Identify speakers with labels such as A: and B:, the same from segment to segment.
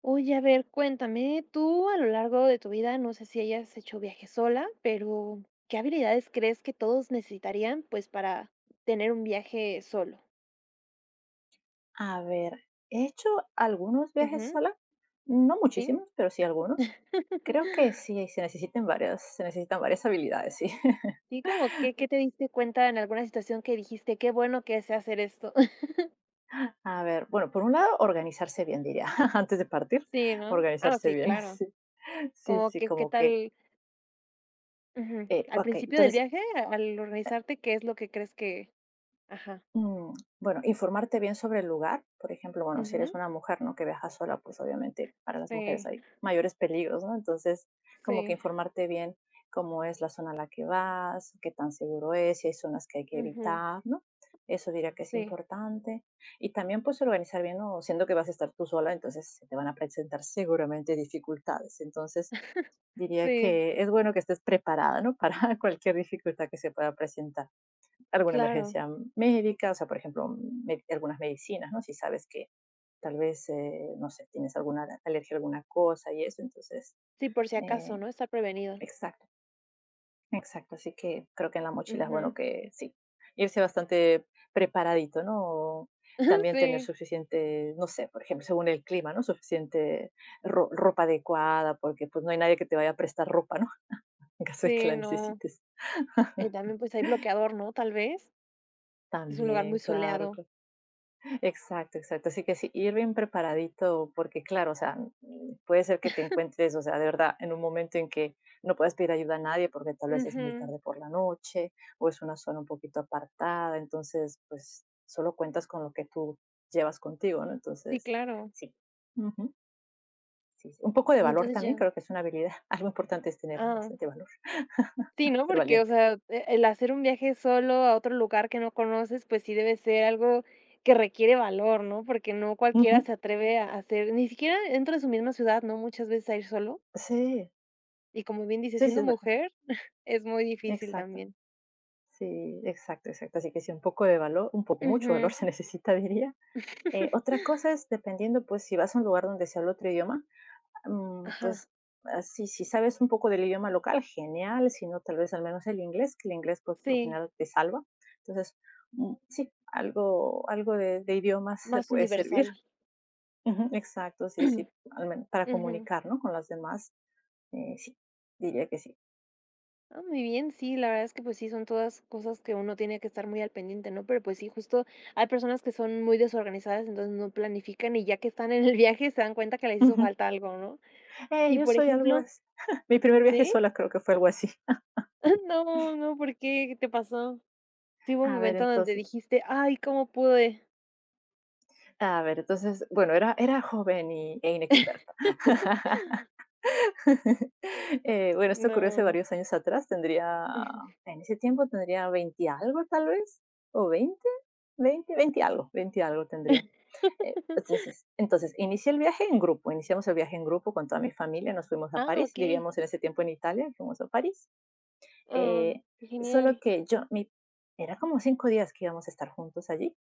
A: Oye, a ver, cuéntame, tú a lo largo de tu vida, no sé si hayas hecho viajes sola, pero ¿qué habilidades crees que todos necesitarían, pues, para tener un viaje solo?
B: A ver, he hecho algunos viajes
A: Ujú,
B: sola, no
A: ¿sí?
B: muchísimos, pero sí algunos. Creo que sí, se necesitan varias habilidades, sí.
A: Sí, como que, ¿qué te diste cuenta en alguna situación que dijiste: "Qué bueno que sé hacer esto"?
B: A ver, bueno, por un lado, organizarse bien, diría, antes de partir,
A: Sí, ¿no? Ah,
B: organizarse
A: sí,
B: bien,
A: claro.
B: sí. Sí,
A: Como
B: sí,
A: que, ¿qué
B: como que,
A: tal? Ujú. Al
B: ok,
A: principio del
B: entonces
A: viaje, a al organizarte, ¿qué es lo que crees que? Ajá.
B: Mm, bueno, informarte bien sobre el lugar, por ejemplo, bueno, si eres
A: Ujú.
B: una mujer, ¿no? Que viaja sola, pues obviamente para las mujeres
A: Sí,
B: hay mayores peligros, ¿no? Entonces, como que
A: sí.
B: informarte bien cómo es la zona a la que vas, qué tan seguro es, si hay zonas que hay que
A: Ujú.
B: evitar, ¿no? Eso diría que es
A: Sí.
B: importante. Y también pues organizar bien, ¿no? Siendo que vas a estar tú sola, entonces se te van a presentar seguramente dificultades. Entonces, diría
A: Sí.
B: que es bueno que estés preparada, ¿no? Para cualquier dificultad que se pueda presentar, alguna
A: Claro.
B: emergencia médica, o sea, por ejemplo, algunas medicinas, ¿no? Si sabes que tal vez, no sé, tienes alguna alergia a alguna cosa y eso, entonces,
A: Sí, por si acaso,
B: eh,
A: ¿no? Estar prevenido.
B: exacto, exacto. Así que creo que en la mochila es bueno
A: Ujú.
B: que sí, irse bastante preparadito, ¿no? También tener
A: Sí,
B: suficiente, no sé, por ejemplo, según el clima, ¿no? Suficiente ropa adecuada, porque pues no hay nadie que te vaya a prestar ropa, ¿no? En caso de que
A: sí,
B: la
A: no.
B: necesites.
A: Y también, pues, hay bloqueador, ¿no? Tal vez. Es un lugar muy
B: También, claro,
A: soleado.
B: claro. Exacto, exacto. Así que sí, ir bien preparadito, porque claro, o sea, puede ser que te encuentres, o sea, de verdad, en un momento en que no puedes pedir ayuda a nadie porque tal vez es muy
A: Ujú.
B: tarde por la noche o es una zona un poquito apartada, entonces, pues solo cuentas con lo que tú llevas contigo, ¿no?
A: Sí,
B: Entonces,
A: claro.
B: sí. Ujú, sí, sí. Un poco de
A: Y
B: valor
A: entonces
B: también,
A: ya.
B: creo que es una habilidad. Algo importante es tener
A: Ah,
B: bastante valor,
A: sí, ¿no?
B: ser
A: Porque, o
B: valiente.
A: sea, el hacer un viaje solo a otro lugar que no conoces, pues sí debe ser algo que requiere valor, ¿no? Porque no cualquiera
B: Ujú.
A: se atreve a hacer ni siquiera dentro de su misma ciudad, ¿no? Muchas veces a ir solo.
B: Sí,
A: Y como bien dice,
B: sí, sí,
A: siendo
B: es verdad.
A: mujer es muy difícil
B: Exacto.
A: también.
B: Sí, exacto, exacto. Así que sí, un poco de valor, un poco, mucho valor
A: Ujú.
B: se necesita, diría. Otra cosa es, dependiendo, pues, si vas a un lugar donde se habla otro idioma,
A: Ajá,
B: pues, así, si sabes un poco del idioma local, genial, si no, tal vez al menos el inglés, que el inglés, pues, por lo
A: sí,
B: general te salva. Entonces, sí, algo, algo de idiomas se
A: más
B: puede servir.
A: universal.
B: Ujú, exacto, sí, sí, al menos para
A: Ujú.
B: comunicar, ¿no? Con las demás, sí, diría que sí.
A: Ah, muy bien, sí, la verdad es que, pues sí, son todas cosas que uno tiene que estar muy al pendiente, ¿no? Pero, pues sí, justo hay personas que son muy desorganizadas, entonces no planifican y ya que están en el viaje se dan cuenta que les hizo
B: Ujú.
A: falta algo, ¿no? Y
B: Yo
A: por
B: soy algo
A: ejemplo,
B: así. Mi primer viaje
A: ¿sí?
B: sola creo que fue algo así.
A: No, no, ¿por qué? ¿Qué te pasó? Sí, hubo un
B: A ver,
A: momento donde
B: entonces,
A: dijiste, ay, ¿cómo pude?
B: a ver, entonces, bueno, era joven y e inexperta. Bueno, esto ocurrió hace
A: No.
B: varios años atrás, tendría en ese tiempo tendría 20 algo, tal vez, o 20, 20, 20 algo, 20 algo tendría. Eh, entonces entonces, inicié el viaje en grupo, iniciamos el viaje en grupo con toda mi familia, nos fuimos a
A: Ah,
B: París,
A: okey.
B: vivíamos en ese tiempo en Italia, fuimos a París,
A: Ah,
B: eh,
A: qué
B: solo
A: genial.
B: que yo mi era como 5 días que íbamos a estar juntos allí.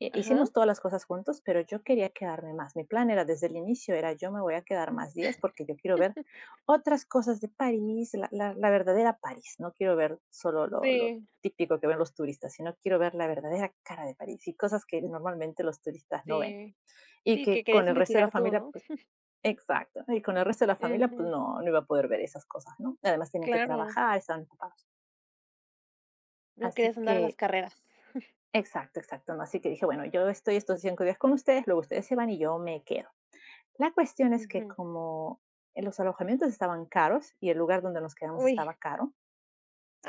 A: Ajá.
B: Hicimos todas las cosas juntos, pero yo quería quedarme más. Mi plan era desde el inicio, era: yo me voy a quedar más días porque yo quiero ver otras cosas de París, la verdadera París. No quiero ver solo lo
A: Sí,
B: típico que ven los turistas, sino quiero ver la verdadera cara de París y cosas que normalmente los turistas no ven.
A: sí.
B: Y
A: Sí, que
B: que
A: querías
B: con el resto de la
A: investigar tú,
B: familia,
A: ¿no?
B: pues, exacto. Y con el resto de la familia, pues
A: Ujú,
B: no iba a poder ver esas cosas, ¿no? Además tenían que
A: claro.
B: trabajar, estaban ocupados.
A: No
B: Así
A: querías andar a las
B: que
A: carreras.
B: exacto, exacto, ¿no? Así que dije, bueno, yo estoy estos 5 días con ustedes, luego ustedes se van y yo me quedo. La cuestión es que
A: Ujú.
B: como en los alojamientos estaban caros y el lugar donde nos quedamos
A: Uy,
B: estaba caro,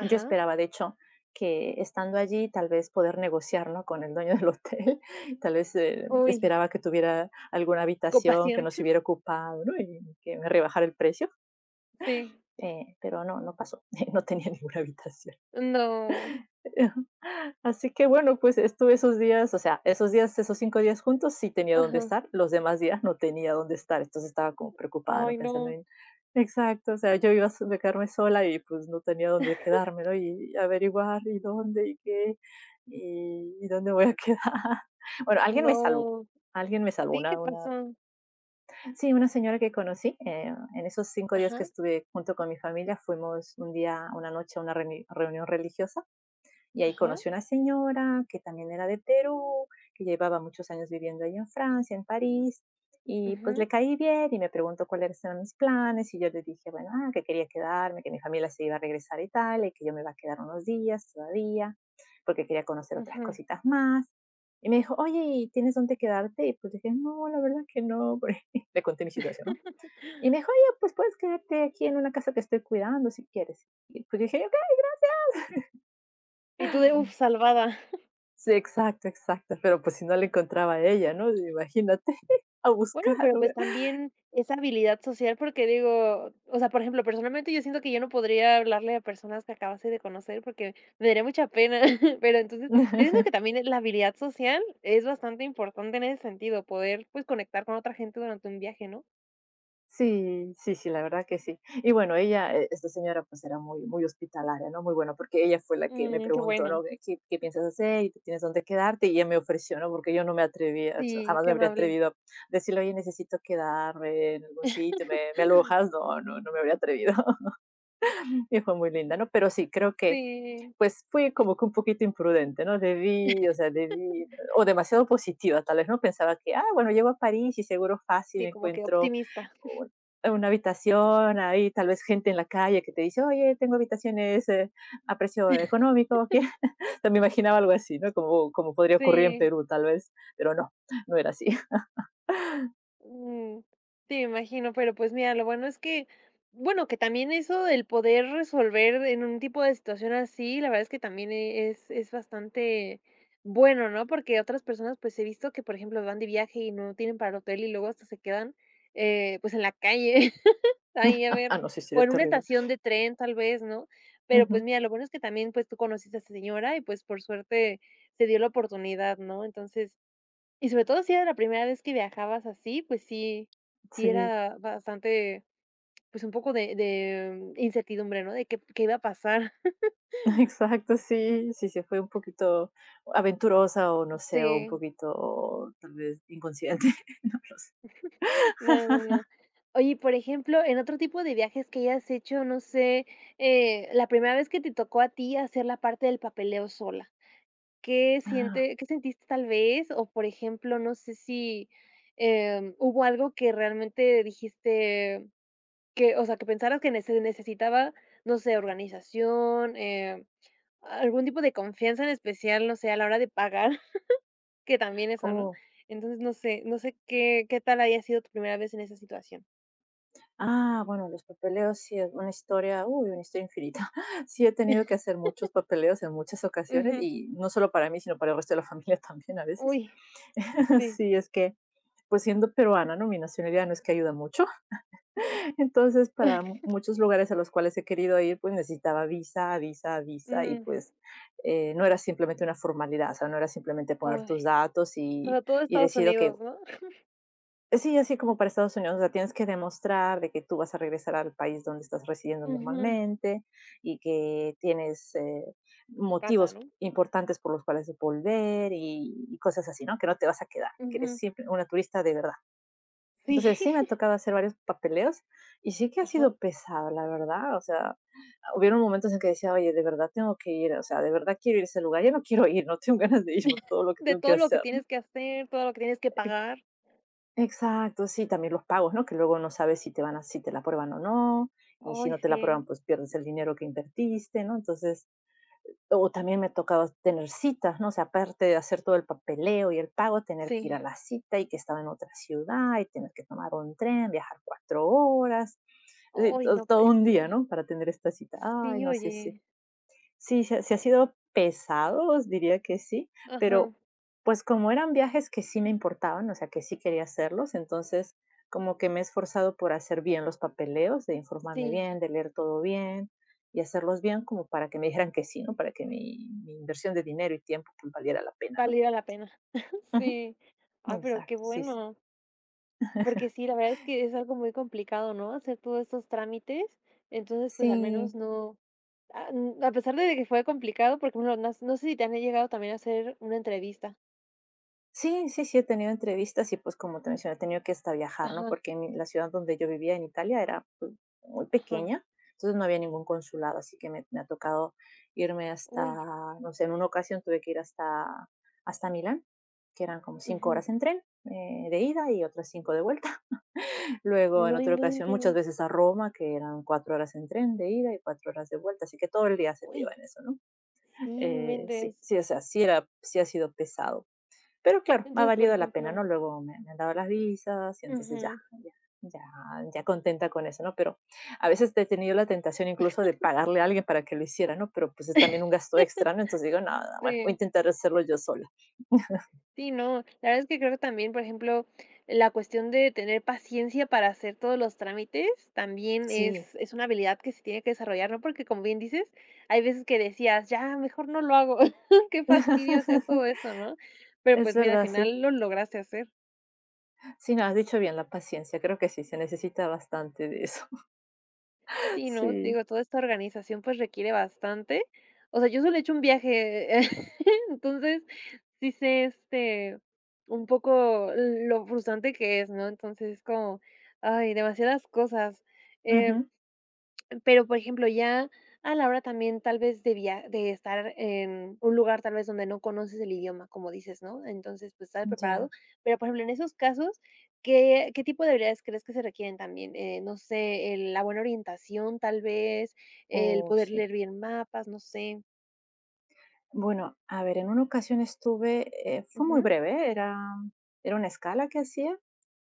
B: yo esperaba, de hecho, que estando allí tal vez poder negociar, ¿no? Con el dueño del hotel, tal vez,
A: Uy,
B: esperaba que tuviera alguna habitación que
A: compasión.
B: no se hubiera ocupado, ¿no? Y que me rebajara el precio,
A: Sí.
B: pero no, no pasó, no tenía ninguna habitación.
A: No.
B: Así que bueno, pues estuve esos días, o sea, esos días, esos 5 días juntos sí tenía dónde
A: Ajá.
B: estar, los demás días no tenía dónde estar, entonces estaba como preocupada, ¿no?
A: Ay,
B: Pensando
A: no.
B: en, exacto, o sea, yo iba a s de quedarme sola y, pues, no tenía dónde quedarme, ¿no? Y averiguar, y dónde, y qué, y dónde voy a quedar. Bueno,
A: No.
B: alguien me salvó,
A: Sí, ¿qué
B: una,
A: pasó?
B: sí, una señora que conocí, en esos 5 días que
A: Ajá,
B: estuve junto con mi familia, fuimos un día, una noche a una reni reunión religiosa y ahí
A: ajá.
B: conocí una señora que también era de Perú, que llevaba muchos años viviendo ahí en Francia, en París, y pues
A: Ujú,
B: le caí bien y me preguntó cuáles eran mis planes y yo le dije, bueno, ah, que quería quedarme, que mi familia se iba a regresar a Italia y que yo me iba a quedar unos días todavía, porque quería conocer otras
A: ujú.
B: cositas más. Y me dijo, oye, ¿y tienes dónde quedarte? Y pues dije, no, la verdad que no, porque le conté mi situación, ¿no? Y me dijo, oye, pues puedes quedarte aquí en una casa que estoy cuidando si quieres. Y pues dije,
A: Y tú de: "Uf, salvada".
B: sí, exacto, exacto, pero, pues, si no la encontraba a ella, ¿no? Imagínate, a
A: Bueno,
B: buscar,
A: pero
B: güey.
A: pues también esa habilidad social, porque digo, o sea, por ejemplo, personalmente yo siento que yo no podría hablarle a personas que acabase de conocer porque me daría mucha pena, pero entonces yo siento que también la habilidad social es bastante importante en ese sentido, poder pues conectar con otra gente durante un viaje, ¿no?
B: Sí, sí, sí, la verdad que sí. Y bueno, ella, esta señora, pues, era muy muy hospitalaria, ¿no? Muy buena, porque ella fue la que me
A: Mm, qué
B: preguntó,
A: bueno,
B: ¿no? ¿Qué piensas hacer? ¿Y tienes dónde quedarte? Y ella me ofreció, ¿no? Porque yo no me atrevía, o sea,
A: sí,
B: jamás
A: qué
B: me habría
A: amable.
B: atrevido a decirle: "Oye, necesito quedarme en algún sitio, ¿me alojas?". No, no, no me habría atrevido. Y fue muy linda, ¿no? Pero sí, creo que
A: Sí,
B: pues fui como que un poquito imprudente, ¿no? Debí, o sea, debí, o demasiado positiva, tal vez, ¿no? Pensaba que, ah, bueno, llego a París y seguro fácil
A: sí, como que
B: encuentro
A: optimista.
B: un- una habitación, ahí tal vez gente en la calle que te dice, oye, tengo habitaciones, a precio económico, ¿qué? Me imaginaba algo así, ¿no? Como, como podría ocurrir en
A: Sí.
B: Perú, tal vez, pero no, no era así.
A: Mm, sí, me imagino, pero pues mira, lo bueno es que, bueno, que también eso del poder resolver en un tipo de situación así, la verdad es que también es bastante bueno, ¿no? Porque otras personas, pues he visto que, por ejemplo, van de viaje y no tienen para el hotel y luego hasta se quedan, pues en la calle, ahí a ver,
B: Ah, no, sí,
A: o
B: sería
A: en una
B: terrible.
A: estación de tren tal vez, ¿no? Pero
B: Ujú,
A: pues mira, lo bueno es que también, pues tú conociste a esta señora y pues por suerte se dio la oportunidad, ¿no? Entonces y sobre todo si era la primera vez que viajabas así, pues sí
B: sí.
A: era bastante, pues, un poco de incertidumbre, ¿no? De qué iba a pasar.
B: Exacto, sí, sí, se fue un poquito aventurosa o no sé, o un
A: Sí,
B: poquito tal vez inconsciente, no lo sé.
A: no, no, no. Oye, por ejemplo, en otro tipo de viajes que hayas hecho, no sé, la primera vez que te tocó a ti hacer la parte del papeleo sola,
B: Ah,
A: qué sentiste tal vez? O, por ejemplo, no sé si, hubo algo que realmente dijiste, que, o sea, que pensaras que necesitaba, no sé, organización, algún tipo de confianza en especial, no sé, a la hora de pagar, que también eso, ¿no?
B: oh,
A: Entonces, no sé, no sé qué tal haya sido tu primera vez en esa situación.
B: bueno, los papeleos sí es una historia, uy, una historia infinita. Sí he tenido que hacer muchos papeleos en muchas ocasiones
A: Ujú.
B: y no solo para mí, sino para el resto de la familia también a veces.
A: Uy, sí.
B: Sí, es que, pues siendo peruana, ¿no? Mi nacionalidad no es que ayuda mucho. Entonces, para mu muchos lugares a los cuales he querido ir, pues, necesitaba visa, visa, visa, y,
A: Mm,
B: pues, no era simplemente una formalidad, o sea, no era simplemente poner tus
A: ay,
B: datos y
A: sobre todo Estados
B: decir: "Okey".
A: Unidos, ¿no?
B: Sí, así como para Estados Unidos, o sea, tienes que demostrar de que tú vas a regresar al país donde estás residiendo
A: Ujú.
B: normalmente y que tienes,
A: Casa,
B: motivos
A: ¿no?
B: importantes por los cuales volver y cosas así, ¿no? Que no te vas a quedar, que eres
A: Ujú.
B: simple una turista de verdad.
A: Sí.
B: Entonces, sí me ha tocado hacer varios papeleos y sí que ha
A: Ajá.
B: sido pesado, la verdad. O sea, hubieron momentos en que decía: "Oye, de verdad tengo que ir, o sea, de verdad quiero ir a ese lugar, ya no quiero ir, no tengo ganas de ir por todo lo que
A: De
B: tengo que
A: todo lo que
B: hacer".
A: tienes que hacer, todo lo que tienes que
B: E
A: pagar.
B: exacto, sí, también los pagos, ¿no? Que luego no sabes si te van a, si te la aprueban o no, y si
A: Ay,
B: no te la
A: sí,
B: aprueban, pues pierdes el dinero que invertiste, ¿no? Entonces, o también me ha tocado tener citas, ¿no? O sea, aparte de hacer todo el papeleo y el pago, tener que ir
A: sí.
B: a la cita y que estaba en otra ciudad y tener que tomar un tren, viajar 4 horas. Sí,
A: Ay,
B: to
A: no
B: todo
A: puede
B: un día,
A: ser.
B: ¿no? Para tener esta cita. Ay,
A: Sí,
B: no, sé, sí.
A: oye.
B: Sí, sí ha sí ha sido pesados, diría que sí,
A: Ajá,
B: pero, pues, como eran viajes que sí me importaban, o sea, que sí quería hacerlos, entonces, como que me he esforzado por hacer bien los papeleos, de informarme
A: sí,
B: bien, de leer todo bien y hacerlos bien como para que me dijeran que sí, ¿no? Para que mi inversión de dinero y tiempo, pues, valiera la pena, ¿no?
A: valiera la pena.
B: Ujú,
A: Sí. Ah, pero qué
B: exacto, sí, sí.
A: bueno, porque sí, la verdad es que es algo muy complicado, ¿no? Hacer todos estos trámites. Entonces, pues al
B: Sí.
A: menos no, a, n- a pesar de que fue complicado, porque bueno, no, no sé si te han llegado también a hacer una entrevista.
B: Sí, sí, sí, he tenido entrevistas y, pues, como te mencioné, he tenido que hasta viajar, ¿no?
A: Ajá,
B: Porque en la ciudad donde yo vivía en Italia era, pues, muy
A: ajá.
B: pequeña, entonces no había ningún consulado, así que me ha tocado irme hasta,
A: Uy,
B: no sé, en una ocasión tuve que ir hasta Milán, que eran como cinco
A: ujú.
B: horas en tren, de ida y otras 5 de vuelta. Luego, en
A: No
B: otra ocasión, muchas
A: inventes.
B: veces a Roma, que eran 4 horas en tren de ida y 4 horas de vuelta, así que todo el día se te iba
A: Uy,
B: en eso, ¿no?
A: sí, no
B: Sí,
A: inventes.
B: sí, o sea, sí ha sido pesado. Pero claro, me ha
A: Entonces, por
B: valido la pena,
A: ejemplo,
B: ¿no? Luego me han dado las visas y entonces
A: ujú,
B: ya ya ya contenta con eso, ¿no? Pero a veces he tenido la tentación incluso de pagarle a alguien para que lo hiciera, ¿no? Pero, pues, es también un gasto extra, ¿no? Entonces digo: nada bueno, voy a
A: sí.
B: intentar hacerlo yo sola".
A: Sí, no, la verdad es que creo que también, por ejemplo, la cuestión de tener paciencia para hacer todos los trámites también
B: Sí.
A: es una habilidad que se tiene que desarrollar, ¿no? Porque como bien dices, hay veces que decías, ya, mejor no lo hago, qué fastidio hacer todo eso, ¿no? Pero
B: Es
A: pues mira, al
B: verdad, sí.
A: final lo lograste hacer.
B: Sí, no, has dicho bien, la paciencia, creo que sí, se necesita bastante de eso.
A: Sí, no, te
B: Sí.
A: digo, toda esta organización, pues, requiere bastante. O sea, yo solo he hecho un viaje, entonces, sí sé, este, un poco lo frustrante que es, ¿no? Entonces, es como, ay, demasiadas cosas.
B: Ujú.
A: Pero, por ejemplo, ya a la hora también tal vez de estar en un lugar tal vez donde no conoces el idioma, como dices, ¿no? Entonces, pues, estar preparado.
B: Ya.
A: Pero, por ejemplo, en esos casos, ¿qué tipo de habilidades crees que se requieren también? No sé, el la buena orientación, tal vez, el
B: Oh,
A: poder
B: sí.
A: leer bien mapas, no sé.
B: Bueno, a ver, en una ocasión estuve, fue muy
A: Ujú,
B: breve, era una escala que hacía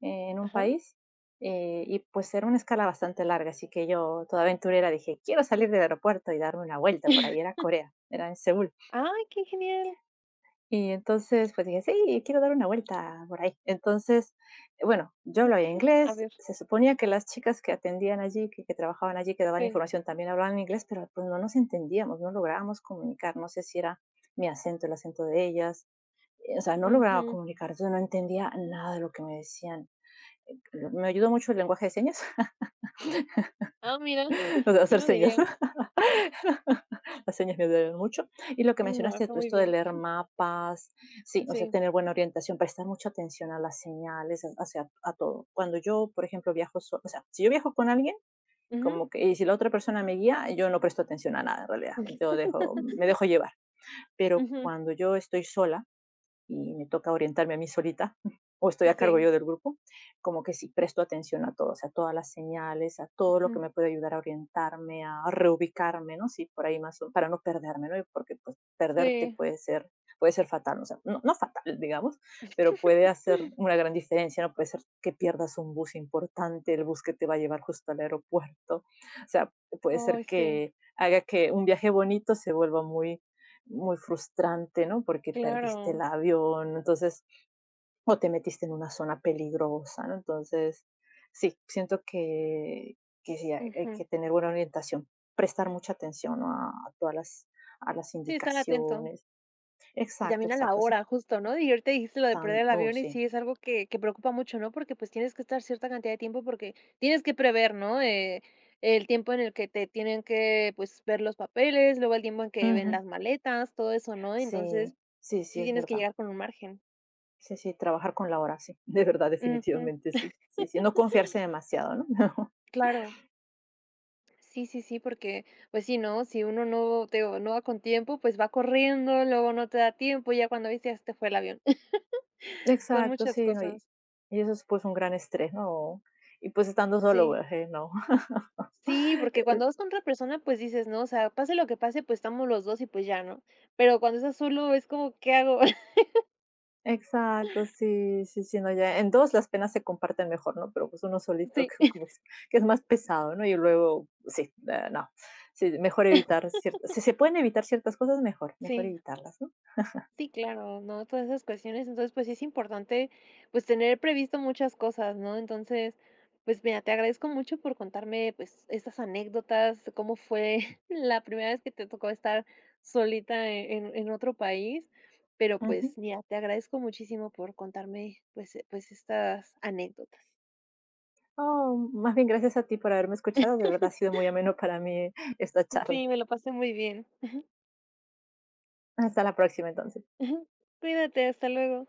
B: en un
A: ajá.
B: país, y pues era una escala bastante larga, así que yo, toda aventurera, dije, quiero salir del aeropuerto y darme una vuelta por ahí, era Corea, era en Seúl.
A: Ay, qué genial.
B: Y entonces, pues dije: "Sí, quiero dar una vuelta por ahí". Entonces, bueno, yo hablaba
A: A
B: inglés,
A: ver,
B: se suponía que las chicas que atendían allí, que trabajaban allí, que daban
A: sí.
B: información, también hablaban inglés, pero, pues, no nos entendíamos, no lográbamos comunicar. No sé si era mi acento, el acento de ellas, o sea, no lograba
A: Ujú.
B: comunicar, yo no entendía nada de lo que me decían. Me ayudó mucho el lenguaje de señas,
A: Ah, mira,
B: o sea,
A: ¿quién
B: hacer
A: lo
B: señas.
A: diría?
B: Las señas me duelen mucho. Y lo que
A: No,
B: mencionaste
A: está
B: tú,
A: muy
B: esto de
A: bien.
B: leer mapas, sí, o sea,
A: Sí.
B: tener buena orientación, prestar mucha atención a las señales, o sea, a todo. Cuando yo, por ejemplo, viajo sola, o sea, si yo viajo con alguien,
A: Ujú.
B: como que, y si la otra persona me guía, yo no presto atención a nada en realidad. Me dejo llevar. Pero
A: Ujú.
B: cuando yo estoy sola, y me toca orientarme a mí solita o estoy a cargo
A: Sí,
B: yo del grupo, como que sí presto atención a todo, o sea, a todas las señales, a todo lo que
A: ujú,
B: me puede ayudar a orientarme, a reubicarme, ¿no? Sí, por ahí más, para no perderme, ¿no? Porque pues perderte
A: sí.
B: puede ser fatal, o sea, no, no fatal, digamos, pero puede hacer una gran diferencia, ¿no? Puede ser que pierdas un bus importante, el bus que te va a llevar justo al aeropuerto, o sea, puede ser
A: Ay, sí,
B: que haga que un viaje bonito se vuelva muy muy frustrante, ¿no? Porque perdiste el
A: claro.
B: avión, entonces, o te metiste en una zona peligrosa, ¿no? Entonces, sí, siento que sí, hay
A: Ujú.
B: que tener buena orientación, prestar mucha atención, ¿no?, a a las
A: Sí, estar atento.
B: indicaciones.
A: Y
B: Exacto,
A: también a la
B: exacto, sí.
A: hora, justo, ¿no? Y ahorita dijiste lo de perder el
B: Oh,
A: avión y
B: sí.
A: sí es algo que preocupa mucho, ¿no? Porque, pues, tienes que estar cierta cantidad de tiempo porque tienes que prever, ¿no? El tiempo en el que te tienen que, pues, ver los papeles, luego el tiempo en que ven
B: Ujú.
A: las maletas, todo eso, ¿no? Entonces,
B: Sí, sí, sí,
A: sí
B: es
A: tienes que
B: verdad.
A: llegar con un margen.
B: Sí, sí, trabajar con la hora, sí, de verdad,
A: Ujú,
B: definitivamente sí. Sí, sí, no confiarse demasiado, ¿no?
A: claro. Sí, sí, sí, porque, pues sí, ¿no? Si uno no, te digo, no va con tiempo, pues va corriendo, luego no te da tiempo, y ya cuando viste ya se te fue el avión. Son
B: Exacto,
A: muchas
B: sí, no, y
A: cosas.
B: y eso es, pues, un gran estrés, ¿no? Y, pues, estando solo,
A: Sí.
B: pues, no.
A: Sí, porque cuando vas con otra persona, pues dices, ¿no? O sea, pase lo que pase, pues estamos los dos y pues ya, ¿no? Pero cuando estás solo es como, ¿qué hago?
B: Exacto, sí, sí, sí, no, ya en 2 las penas se comparten mejor, ¿no? Pero, pues, uno solito
A: Sí.
B: que es más pesado, ¿no? Y luego sí, no, sí, mejor evitar ciertas si se pueden evitar ciertas cosas, mejor,
A: Sí.
B: evitarlas, ¿no?
A: Sí, claro, ¿no? Todas esas cuestiones. Entonces, pues sí es importante, pues tener previsto muchas cosas, ¿no? Entonces, pues mira, te agradezco mucho por contarme, pues, estas anécdotas, cómo fue la primera vez que te tocó estar solita en, en otro país. Pero pues
B: Ujú.
A: mira, te agradezco muchísimo por contarme, pues, pues estas anécdotas.
B: Oh, más bien gracias a ti por haberme escuchado, de verdad ha sido muy ameno para mí esta charla.
A: Sí, me lo pasé muy bien.
B: Hasta la próxima, entonces.
A: Cuídate, hasta luego.